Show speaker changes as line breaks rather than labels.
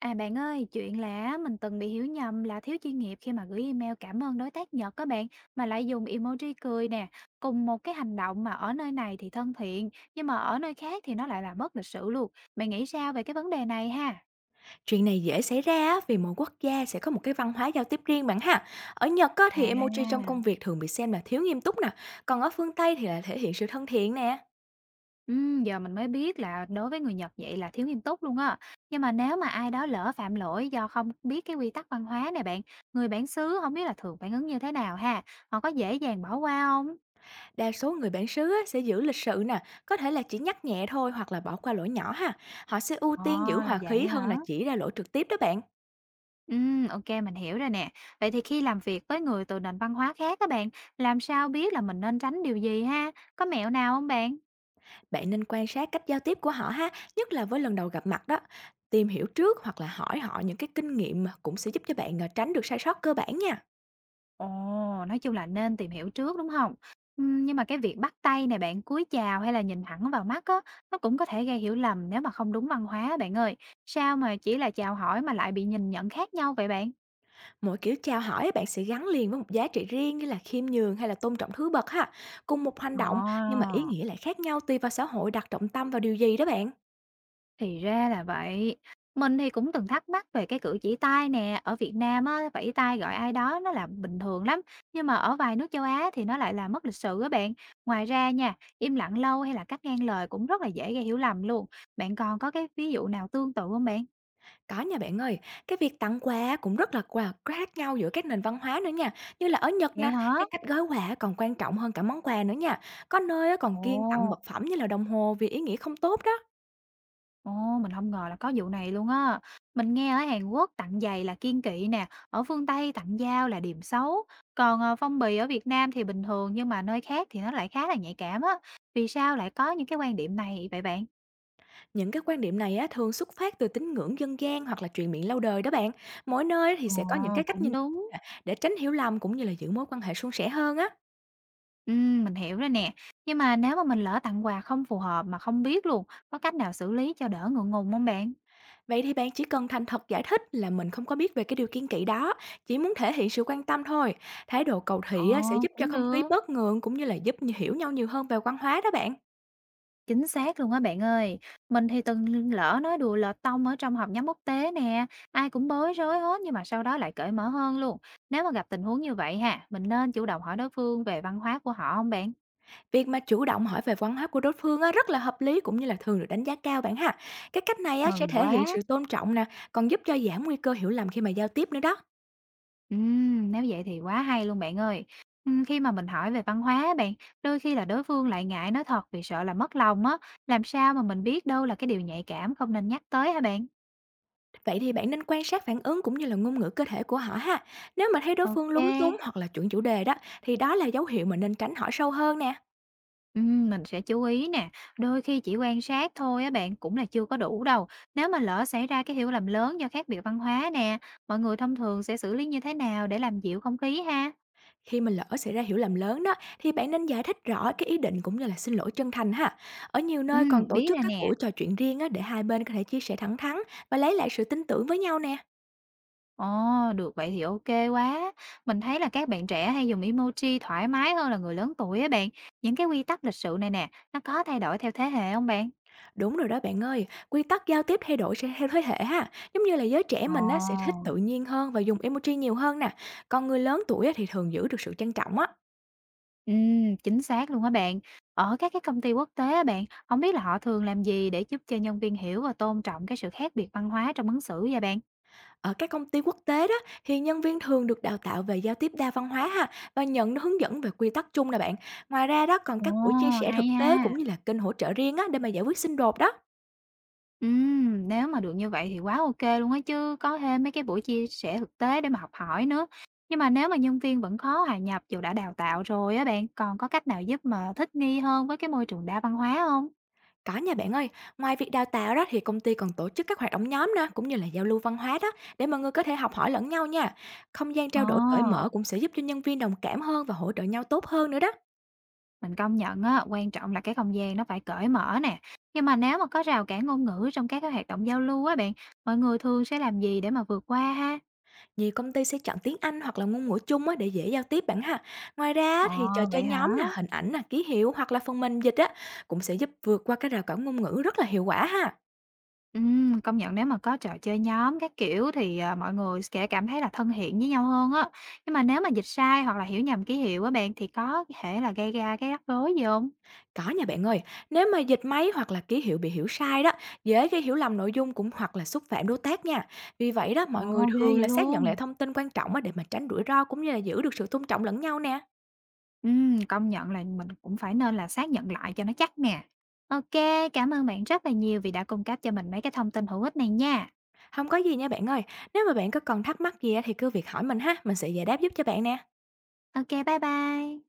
À bạn ơi, chuyện là mình từng bị hiểu nhầm là thiếu chuyên nghiệp khi mà gửi email cảm ơn đối tác Nhật các bạn mà lại dùng emoji cười nè. Cùng một cái hành động mà ở nơi này thì thân thiện, nhưng mà ở nơi khác thì nó lại là mất lịch sự luôn. Bạn nghĩ sao về cái vấn đề này ha?
Chuyện này dễ xảy ra á, vì mỗi quốc gia sẽ có một cái văn hóa giao tiếp riêng bạn ha. Ở Nhật á, thì emoji trong
À,
công việc thường bị xem là thiếu nghiêm túc nè, còn ở phương Tây thì là thể hiện sự thân thiện nè.
giờ mình mới biết là đối với người Nhật vậy là thiếu nghiêm túc luôn á. Nhưng mà nếu mà ai đó lỡ phạm lỗi do không biết cái quy tắc văn hóa này bạn, người bản xứ không biết là thường phản ứng như thế nào ha? Họ có dễ dàng bỏ qua không?
Đa số người bản xứ á, sẽ giữ lịch sự nè, có thể là chỉ nhắc nhẹ thôi hoặc là bỏ qua lỗi nhỏ ha. Họ sẽ ưu
Ồ,
tiên giữ
là
hòa khí
vậy
hơn
hả?
là chỉ ra lỗi trực tiếp đó bạn.
Ok, mình hiểu rồi nè. Vậy thì khi làm việc với người từ nền văn hóa khác các bạn, làm sao biết là mình nên tránh điều gì ha? Có mẹo nào không bạn?
Bạn nên quan sát cách giao tiếp của họ ha, nhất là với lần đầu gặp mặt đó. Tìm hiểu trước hoặc là hỏi họ những cái kinh nghiệm mà cũng sẽ giúp cho bạn à, tránh được sai sót cơ bản nha.
Ồ, nói chung là nên tìm hiểu trước, đúng không? Nhưng mà cái việc bắt tay này bạn, cúi chào hay là nhìn thẳng vào mắt á, nó cũng có thể gây hiểu lầm nếu mà không đúng văn hóa á bạn ơi. Sao mà chỉ là chào hỏi mà lại bị nhìn nhận khác nhau vậy bạn?
Mỗi kiểu chào hỏi bạn sẽ gắn liền với một giá trị riêng, như là khiêm nhường hay là tôn trọng thứ bậc ha. Cùng một hành động nhưng mà ý
Ờ.
nghĩa lại khác nhau, tùy vào xã hội đặt trọng tâm vào điều gì đó bạn.
Thì ra là vậy. Mình thì cũng từng thắc mắc về cái cử chỉ tay nè, ở Việt Nam á, vẫy tay gọi ai đó nó là bình thường lắm, nhưng mà ở vài nước châu Á thì nó lại là mất lịch sự á bạn. Ngoài ra nha, im lặng lâu hay là cắt ngang lời cũng rất là dễ gây hiểu lầm luôn. Bạn còn có cái ví dụ nào tương tự không bạn?
Có nha bạn ơi, cái việc tặng quà cũng rất là quà khác nhau giữa các nền văn hóa nữa nha. Như là ở Nhật
Vậy
nè,
hả?
cái cách gói quà còn quan trọng hơn cả món quà nữa nha. Có nơi á còn
Ồ.
kiêng tặng vật phẩm như là đồng hồ, vì ý nghĩa không tốt đó.
Ồ, mình không ngờ là có vụ này luôn á. Mình nghe ở Hàn Quốc tặng giày là kiêng kỵ nè, ở phương Tây tặng dao là điềm xấu, còn, ờ, phong bì ở Việt Nam thì bình thường nhưng mà nơi khác thì nó lại khá là nhạy cảm á. Vì sao lại có những cái quan điểm này vậy bạn?
Những cái quan điểm này á, thường xuất phát từ tín ngưỡng dân gian hoặc là truyền miệng lâu đời đó bạn. Mỗi nơi thì
Ồ,
sẽ có những cái cách
cũng
nhìn
đúng.
nè, để tránh hiểu lầm cũng như là giữ mối quan hệ suôn sẻ hơn á.
Mình hiểu rồi nè. Nhưng mà nếu mà mình lỡ tặng quà không phù hợp mà không biết luôn, có cách nào xử lý cho đỡ ngượng ngùng không bạn?
Vậy thì bạn chỉ cần thành thật giải thích là mình không có biết về cái điều kiêng kỵ đó, chỉ muốn thể hiện sự quan tâm thôi. Thái độ cầu
Ồ,
thị á, sẽ giúp cho
cũng
không khí
được.
bớt ngượng, cũng như là giúp như hiểu nhau nhiều hơn về văn hóa đó bạn.
Chính xác luôn á bạn ơi. Mình thì từng lỡ nói đùa lọt tông ở trong họp nhóm quốc tế nè, ai cũng bối rối hết nhưng mà sau đó lại cởi mở hơn luôn. Nếu mà gặp tình huống như vậy ha, mình nên chủ động hỏi đối phương về văn hóa của họ không bạn?
Việc mà chủ động hỏi về văn hóa của đối phương á, rất là hợp lý, cũng như là thường được đánh giá cao bạn ha. Cái cách này á, sẽ
Mừng
thể hiện
quá.
sự tôn trọng nè, còn giúp cho giảm nguy cơ hiểu lầm khi mà giao tiếp nữa đó.
Nếu vậy thì quá hay luôn bạn ơi. Khi mà mình hỏi về văn hóa á bạn, đôi khi là đối phương lại ngại nói thật vì sợ là mất lòng á. Làm sao mà mình biết đâu là cái điều nhạy cảm không nên nhắc tới hả bạn?
Vậy thì bạn nên quan sát phản ứng cũng như là ngôn ngữ cơ thể của họ ha. Nếu mà thấy đối phương
Ok.
lúng túng hoặc là chuyển chủ đề đó, thì đó là dấu hiệu mà nên tránh hỏi sâu hơn nè.
Mình sẽ chú ý nè, đôi khi chỉ quan sát thôi á bạn cũng là chưa có đủ đâu. Nếu mà lỡ xảy ra cái hiểu lầm lớn do khác biệt văn hóa nè, mọi người thông thường sẽ xử lý như thế nào để làm dịu không khí ha?
Khi mà lỡ xảy ra hiểu lầm lớn đó, thì bạn nên giải thích rõ cái ý định cũng như là xin lỗi chân thành ha. Ở nhiều nơi còn tổ
Biết
chức
rồi
các
nè.
buổi trò chuyện riêng á, để hai bên có thể chia sẻ thẳng thắn và lấy lại sự tin tưởng với nhau nè.
Ồ, được vậy thì ok quá. Mình thấy là các bạn trẻ hay dùng emoji thoải mái hơn là người lớn tuổi á bạn. Những cái quy tắc lịch sự này nè, nó có thay đổi theo thế hệ không bạn?
Đúng rồi đó bạn ơi, quy tắc giao tiếp thay đổi sẽ theo thế hệ ha. Giống như là giới trẻ
Ồ.
mình á, sẽ thích tự nhiên hơn và dùng emoji nhiều hơn nè. Còn người lớn tuổi á, thì thường giữ được sự trang trọng á.
Chính xác luôn á bạn. Ở các cái công ty quốc tế á bạn, không biết là họ thường làm gì để giúp cho nhân viên hiểu và tôn trọng cái sự khác biệt văn hóa trong ứng xử vậy bạn?
Ở các công ty quốc tế đó, thì nhân viên thường được đào tạo về giao tiếp đa văn hóa ha, và nhận hướng dẫn về quy tắc chung nè bạn. Ngoài ra đó, còn
Ồ,
các buổi chia sẻ thực
hay
tế cũng
ha.
như là kênh hỗ trợ riêng á, để mà giải quyết xung đột đó.
Nếu mà được như vậy thì quá OK luôn á chứ, có thêm mấy cái buổi chia sẻ thực tế để mà học hỏi nữa. Nhưng mà nếu mà nhân viên vẫn khó hòa nhập dù đã đào tạo rồi á bạn, còn có cách nào giúp mà thích nghi hơn với cái môi trường đa văn hóa không?
Có nha bạn ơi, ngoài việc đào tạo đó thì công ty còn tổ chức các hoạt động nhóm nè, cũng như là giao lưu văn hóa đó, để mọi người có thể học hỏi lẫn nhau nha. Không gian trao đổi cởi
Ồ.
mở cũng sẽ giúp cho nhân viên đồng cảm hơn và hỗ trợ nhau tốt hơn nữa đó.
Mình công nhận á, quan trọng là cái không gian nó phải cởi mở nè. Nhưng mà nếu mà có rào cản ngôn ngữ trong các cái hoạt động giao lưu á bạn, mọi người thường sẽ làm gì để mà vượt qua ha?
Nhiều công ty sẽ chọn tiếng Anh hoặc là ngôn ngữ chung á, để dễ giao tiếp bạn ha. Ngoài ra á,
Ồ,
thì trò chơi
vậy hả?
nhóm nè, hình ảnh nè, ký hiệu hoặc là phần mềm dịch á, cũng sẽ giúp vượt qua cái rào cản ngôn ngữ rất là hiệu quả ha.
Công nhận nếu mà có trò chơi nhóm các kiểu thì à, mọi người sẽ cảm thấy là thân thiện với nhau hơn á. Nhưng mà nếu mà dịch sai hoặc là hiểu nhầm ký hiệu á bạn thì có thể là gây ra cái rắc rối gì không?
Có nha bạn ơi, nếu mà dịch máy hoặc là ký hiệu bị hiểu sai đó, dễ gây hiểu lầm nội dung cũng hoặc là xúc phạm đối tác nha. Vì vậy đó,
Ồ,
mọi người
ghê
thường
vậy
là xác nhận
luôn.
lại thông tin quan trọng á, để mà tránh rủi ro cũng như là giữ được sự tôn trọng lẫn nhau nè.
Công nhận là mình cũng phải nên là xác nhận lại cho nó chắc nè. Ok, cảm ơn bạn rất là nhiều vì đã cung cấp cho mình mấy cái thông tin hữu ích này nha.
Không có gì nha bạn ơi, nếu mà bạn có còn thắc mắc gì á thì cứ việc hỏi mình ha, mình sẽ giải đáp giúp cho bạn nè.
Ok, bye bye.